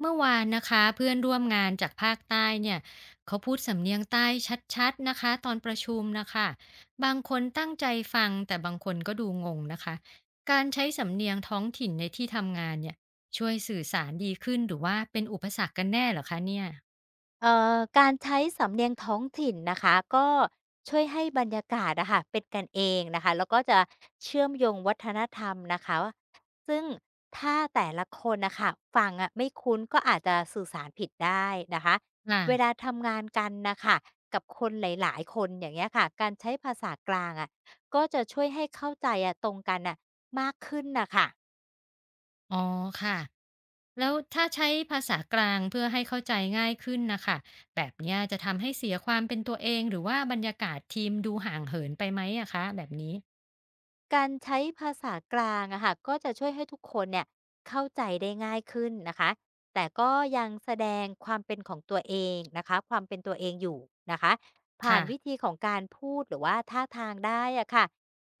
เมื่อวานนะคะเพื่อนร่วมงานจากภาคใต้เนี่ยเขาพูดสำเนียงใต้ชัดๆนะคะตอนประชุมนะคะบางคนตั้งใจฟังแต่บางคนก็ดูงงนะคะการใช้สำเนียงท้องถิ่นในที่ทำงานเนี่ยช่วยสื่อสารดีขึ้นหรือว่าเป็นอุปสรรคกันแน่เหรอคะเนี่ยการใช้สำเนียงท้องถิ่นนะคะก็ช่วยให้บรรยากาศนะคะเป็นกันเองนะคะแล้วก็จะเชื่อมโยงวัฒนธรรมนะคะซึ่งถ้าแต่ละคนนะคะฟังอะไม่คุ้นก็อาจจะสื่อสารผิดได้นะคะค่ะเวลาทำงานกันนะคะกับคนหลายๆคนอย่างเงี้ยค่ะการใช้ภาษากลางอะก็จะช่วยให้เข้าใจอะตรงกันอ่ะมากขึ้นนะคะ อ๋อค่ะแล้วถ้าใช้ภาษากลางเพื่อให้เข้าใจง่ายขึ้นนะคะแบบเนี้ยจะทำให้เสียความเป็นตัวเองหรือว่าบรรยากาศทีมดูห่างเหินไปไหมอะคะแบบนี้การใช้ภาษากลางอะค่ะก็จะช่วยให้ทุกคนเนี่ยเข้าใจได้ง่ายขึ้นนะคะแต่ก็ยังแสดงความเป็นของตัวเองนะคะความเป็นตัวเองอยู่นะคะผ่าค่ะ นวิธีของการพูดหรือว่าท่าทางได้อะค่ะ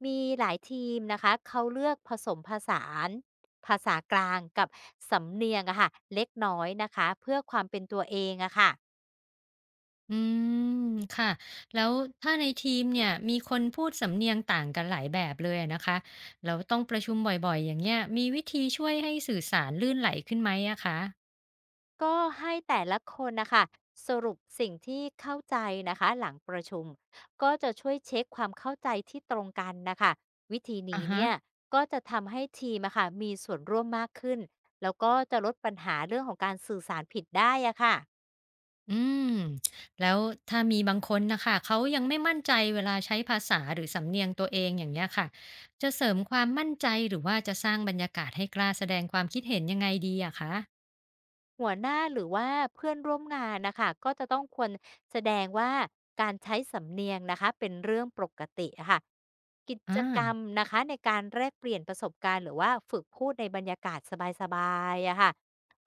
มีหลายทีมนะคะเขาเลือกผสมผสานภาษากลางกับสำเนียงอะค่ะเล็กน้อยนะคะเพื่อความเป็นตัวเองอะค่ะ อืมค่ะแล้วถ้าในทีมเนี่ยมีคนพูดสำเนียงต่างกันหลายแบบเลยอะนะคะแล้วต้องประชุมบ่อยๆอย่างเงี้ยมีวิธีช่วยให้สื่อสารลื่นไหลขึ้นไหมอะคะก็ให้แต่ละคนนะคะสรุปสิ่งที่เข้าใจนะคะหลังประชุมก็จะช่วยเช็คความเข้าใจที่ตรงกันนะคะวิธีอ่ะนี้ฮะเนี่ยก็จะทำให้ทีมอะค่ะมีส่วนร่วมมากขึ้นแล้วก็จะลดปัญหาเรื่องของการสื่อสารผิดได้อะค่ะ อืมแล้วถ้ามีบางคนนะคะเขายังไม่มั่นใจเวลาใช้ภาษาหรือสำเนียงตัวเองอย่างเงี้ยค่ะจะเสริมความมั่นใจหรือว่าจะสร้างบรรยากาศให้กล้าแสดงความคิดเห็นยังไงดีอะคะหัวหน้าหรือว่าเพื่อนร่วมงานนะคะก็จะต้องควรแสดงว่าการใช้สำเนียงนะคะเป็นเรื่องปกติอะค่ะกิอ่าจกรรมนะคะในการแลกเปลี่ยนประสบการณ์หรือว่าฝึกพูดในบรรยากาศสบายๆอะค่ะ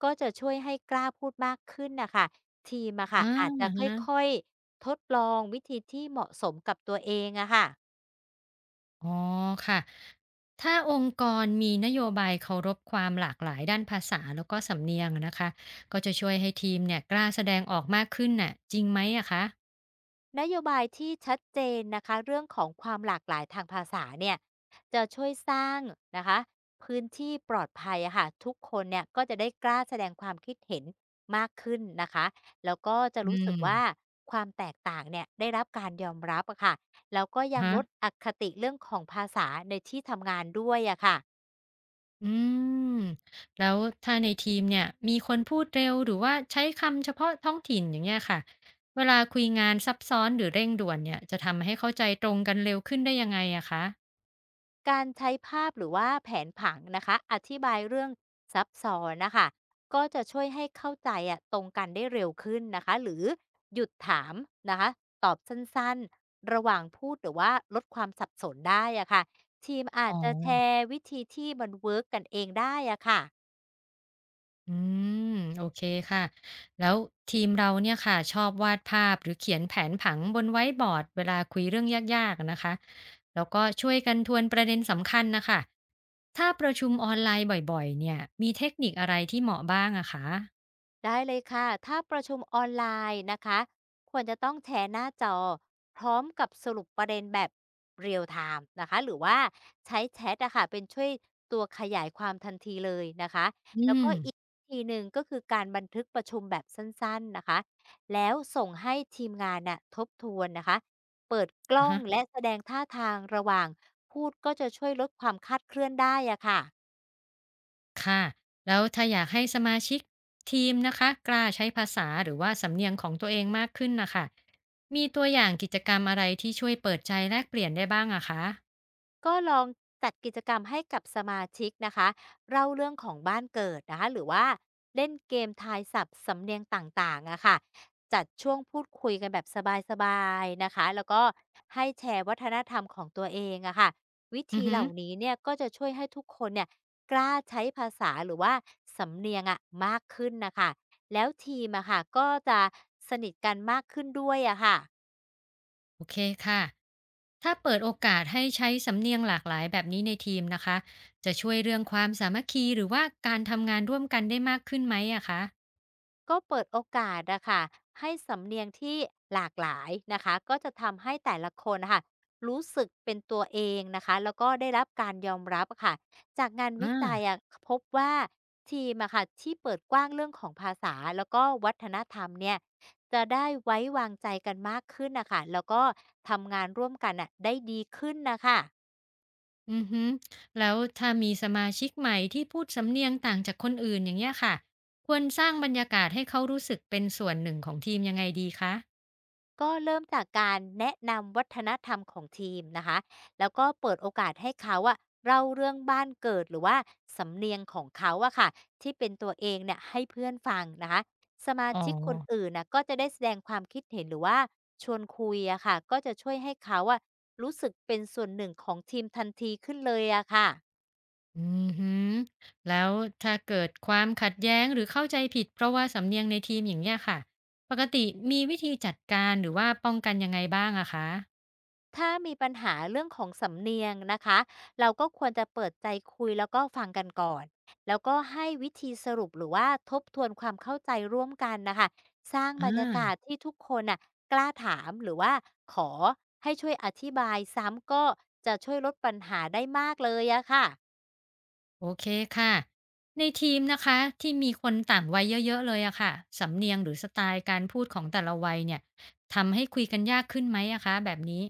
ก็จะช่วยให้กล้าพูดมากขึ้นนะคะทีมอะอ่าค่ะอาจจะฮะ ค่อยๆทดลองวิธีที่เหมาะสมกับตัวเองอะค่ะ อ๋อค่ะถ้าองค์กรมีนโยบายเคารพความหลากหลายด้านภาษาแล้วก็สำเนียงอะนะคะก็จะช่วยให้ทีมเนี่ยกล้าแสดงออกมากขึ้นน่ะจริงไหมอะคะนโยบายที่ชัดเจนนะคะเรื่องของความหลากหลายทางภาษาเนี่ยจะช่วยสร้างนะคะพื้นที่ปลอดภัยอะค่ะทุกคนเนี่ยก็จะได้กล้าแสดงความคิดเห็นมากขึ้นนะคะแล้วก็จะอืรู้สึกมว่าความแตกต่างเนี่ยได้รับการยอมรับอะค่ะแล้วก็ยังฮะลดอคติเรื่องของภาษาในที่ทำงานด้วยอะค่ะ อืมแล้วถ้าในทีมเนี่ยมีคนพูดเร็วหรือว่าใช้คำเฉพาะท้องถิ่นอย่างเงี้ยค่ะเวลาคุยงานซับซ้อนหรือเร่งด่วนเนี่ยจะทำให้เข้าใจตรงกันเร็วขึ้นได้ยังไงอะคะการใช้ภาพหรือว่าแผนผังนะคะ อธิบายเรื่องซับซ้อนนะคะ ก็จะช่วยให้เข้าใจอะตรงกันได้เร็วขึ้นนะคะ หรือหยุดถามนะคะ ตอบสั้นๆ ระหว่างพูดหรือว่าลดความสับสนได้อะค่ะทีมอาอ๋อ จจะแชร์วิธีที่มันเวิร์กกันเองได้อะค่ะ อืมโอเคค่ะแล้วทีมเราเนี่ยค่ะชอบวาดภาพหรือเขียนแผนผังบนไว้บอร์ดเวลาคุยเรื่องยากๆอะนะคะแล้วก็ช่วยกันทวนประเด็นสำคัญนะคะถ้าประชุมออนไลน์บ่อยๆเนี่ยมีเทคนิคอะไรที่เหมาะบ้างอะคะได้เลยค่ะ ถ้าประชุมออนไลน์นะคะควรจะต้องแชร์หน้าจอพร้อมกับสรุปประเด็นแบบเรียลไทม์นะคะหรือว่าใช้แชทอะค่ะเป็นช่วยตัวขยายความทันทีเลยนะคะอืแล้วมก็อีกวิธีหนึ่งก็คือการบันทึกประชุมแบบสั้นๆนะคะแล้วส่งให้ทีมงานน่ะทบทวนนะคะเปิดกอ่ะล้องฮะและแสดงท่าทางระหว่างพูดก็จะช่วยลดความคาดเคลื่อนได้อะค่ะ ค่ะแล้วถ้าอยากให้สมาชิกทีมนะคะกล้าใช้ภาษาหรือว่าสำเนียงของตัวเองมากขึ้นนะคะมีตัวอย่างกิจกรรมอะไรที่ช่วยเปิดใจแลกเปลี่ยนได้บ้างอะคะก็ลองจัดกิจกรรมให้กับสมาชิกนะคะเล่าเรื่องของบ้านเกิดนะคะหรือว่าเล่นเกมทายศัพท์สำเนียงต่างๆอะค่ะจัดช่วงพูดคุยกันแบบสบายๆนะคะแล้วก็ให้แชร์วัฒนธรรมของตัวเองอะค่ะวิอือธีฮึ เหล่านี้เนี่ยก็จะช่วยให้ทุกคนเนี่ยกล้าใช้ภาษาหรือว่าสำเนียงอะมากขึ้นนะคะแล้วทีมอะค่ะก็จะสนิทกันมากขึ้นด้วยอะค่ะ โอเคค่ะ ถ้าเปิดโอกาสให้ใช้สำเนียงหลากหลายแบบนี้ในทีมนะคะ จะช่วยเรื่องความสามัคคีหรือว่าการทำงานร่วมกันได้มากขึ้นไหมอะคะก็เปิดโอกาสอะค่ะให้สำเนียงที่หลากหลายนะคะก็จะทำให้แต่ละคนนะค่ะรู้สึกเป็นตัวเองนะคะแล้วก็ได้รับการยอมรับอะค่ะจากงานอ่าวิจัยอะพบว่าทีมอะค่ะที่เปิดกว้างเรื่องของภาษาแล้วก็วัฒนธรรมเนี่ยจะได้ไว้วางใจกันมากขึ้นนะคะแล้วก็ทำงานร่วมกันอะได้ดีขึ้นนะคะ อือฮึแล้วถ้ามีสมาชิกใหม่ที่พูดสำเนียงต่างจากคนอื่นอย่างเงี้ยค่ะ ควรสร้างบรรยากาศให้เขารู้สึกเป็นส่วนหนึ่งของทีมยังไงดีคะ ก็เริ่มจากการแนะนำวัฒนธรรมของทีมนะคะแล้วก็เปิดโอกาสให้เขาอะเล่าเรื่องบ้านเกิดหรือว่าสำเนียงของเขาอะค่ะที่เป็นตัวเองเนี่ยให้เพื่อนฟังนะคะสมาอ๋อ ชิกคนอื่นนะก็จะได้แสดงความคิดเห็นหรือว่าชวนคุยอะค่ะก็จะช่วยให้เขาอะรู้สึกเป็นส่วนหนึ่งของทีมทันทีขึ้นเลยอะค่ะ อือฮึแล้วถ้าเกิดความขัดแย้งหรือเข้าใจผิดเพราะว่าสำเนียงในทีมอย่างเงี้ยค่ะ ปกติมีวิธีจัดการหรือว่าป้องกันยังไงบ้างอะคะถ้ามีปัญหาเรื่องของสำเนียงนะคะเราก็ควรจะเปิดใจคุยแล้วก็ฟังกันก่อนแล้วก็ให้วิธีสรุปหรือว่าทบทวนความเข้าใจร่วมกันนะคะสร้างบอารรยากาศที่ทุกคนน่ะกล้าถามหรือว่าขอให้ช่วยอธิบายซ้ำก็จะช่วยลดปัญหาได้มากเลยอะค่ะ โอเคค่ะในทีมนะคะที่มีคนต่างวัยเยอะๆเลยอะค่ะสำเนียงหรือสไตล์การพูดของแต่ละวัยเนี่ยทำให้คุยกันยากขึ้นไหมอะคะแบบนี้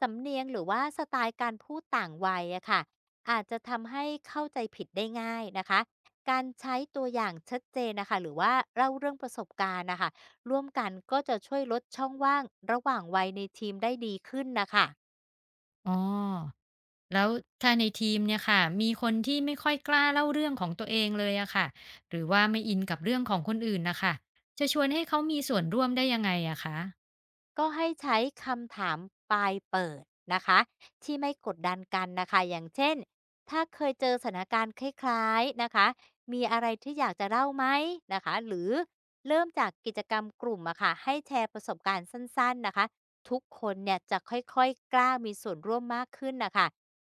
สำเนียงหรือว่าสไตล์การพูดต่างวัยอะค่ะอาจจะทำให้เข้าใจผิดได้ง่ายนะคะการใช้ตัวอย่างชัดเจนนะคะหรือว่าเล่าเรื่องประสบการณ์นะคะร่วมกันก็จะช่วยลดช่องว่างระหว่างวัยในทีมได้ดีขึ้นนะคะ อ๋อ แล้วถ้าในทีมเนี่ยค่ะมีคนที่ไม่ค่อยกล้าเล่าเรื่องของตัวเองเลยอะค่ะหรือว่าไม่อินกับเรื่องของคนอื่นนะคะจะชวนให้เขามีส่วนร่วมได้ยังไงอะคะก็ให้ใช้คำถามปลายเปิดนะคะที่ไม่กดดันกันนะคะอย่างเช่นถ้าเคยเจอสถานการณ์คล้ายๆนะคะมีอะไรที่อยากจะเล่าไหมนะคะหรือเริ่มจากกิจกรรมกลุ่มอะค่ะให้แชร์ประสบการณ์สั้นๆนะคะทุกคนเนี่ยจะค่อยๆกล้ามีส่วนร่วมมากขึ้นนะคะ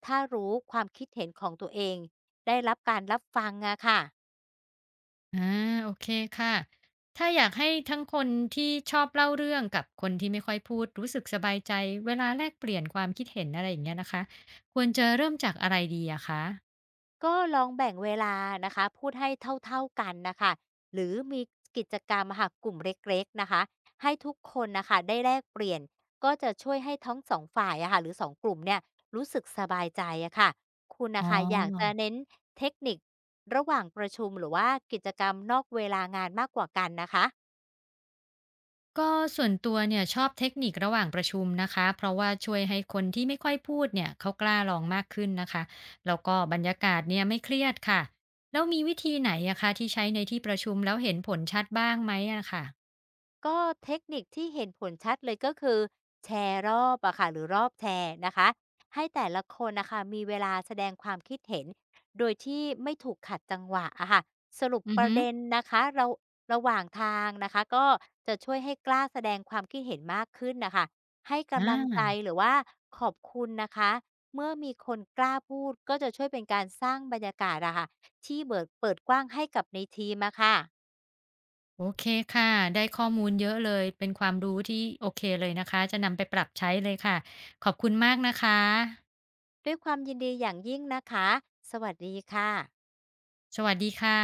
ถ้ารู้ความคิดเห็นของตัวเองได้รับการรับฟังอะค่ะ อ่าโอเคค่ะถ้าอยากให้ทั้งคนที่ชอบเล่าเรื่องกับคนที่ไม่ค่อยพูดรู้สึกสบายใจเวลาแลกเปลี่ยนความคิดเห็นอะไรอย่างเงี้ยนะคะควรจะเริ่มจากอะไรดีอะคะก็ลองแบ่งเวลานะคะพูดให้เท่าๆกันนะคะหรือมีกิจกรรมค่ะกลุ่มเล็กๆนะคะให้ทุกคนนะคะได้แลกเปลี่ยนก็จะช่วยให้ทั้งสองฝ่ายอะค่ะหรือสองกลุ่มเนี่ยรู้สึกสบายใจอะค่ะคุณอ๋อ นะคะอยากจะเน้นเทคนิคระหว่างประชุมหรือว่ากิจกรรมนอกเวลางานมากกว่ากันนะคะ ก็ส่วนตัวเนี่ยชอบเทคนิคระหว่างประชุมนะคะเพราะว่าช่วยให้คนที่ไม่ค่อยพูดเนี่ยเขากล้าลองมากขึ้นนะคะแล้วก็บรรยากาศเนี่ยไม่เครียดค่ะแล้วมีวิธีไหนอะคะที่ใช้ในที่ประชุมแล้วเห็นผลชัดบ้างไหมอะค่ะก็เทคนิคที่เห็นผลชัดเลยก็คือแชร์รอบอะค่ะหรือรอบแชร์นะคะให้แต่ละคนนะคะมีเวลาแสดงความคิดเห็นโดยที่ไม่ถูกขัดจังหวะอะค่ะสรุปอือประฮึเด็นนะคะเราระหว่างทางนะคะก็จะช่วยให้กล้าแสดงความคิดเห็นมากขึ้นนะคะให้อ่กำลังใจาหรือว่าขอบคุณนะคะเมื่อมีคนกล้าพูดก็จะช่วยเป็นการสร้างบรรยากาศอะค่ะที่เบิดเปิดกว้างให้กับในทีมอะค่ะ โอเคค่ะได้ข้อมูลเยอะเลยเป็นความรู้ที่โอเคเลยนะคะจะนำไปปรับใช้เลยค่ะขอบคุณมากนะคะด้วยความยินดีอย่างยิ่งนะคะ สวัสดีค่ะสวัสดีค่ะ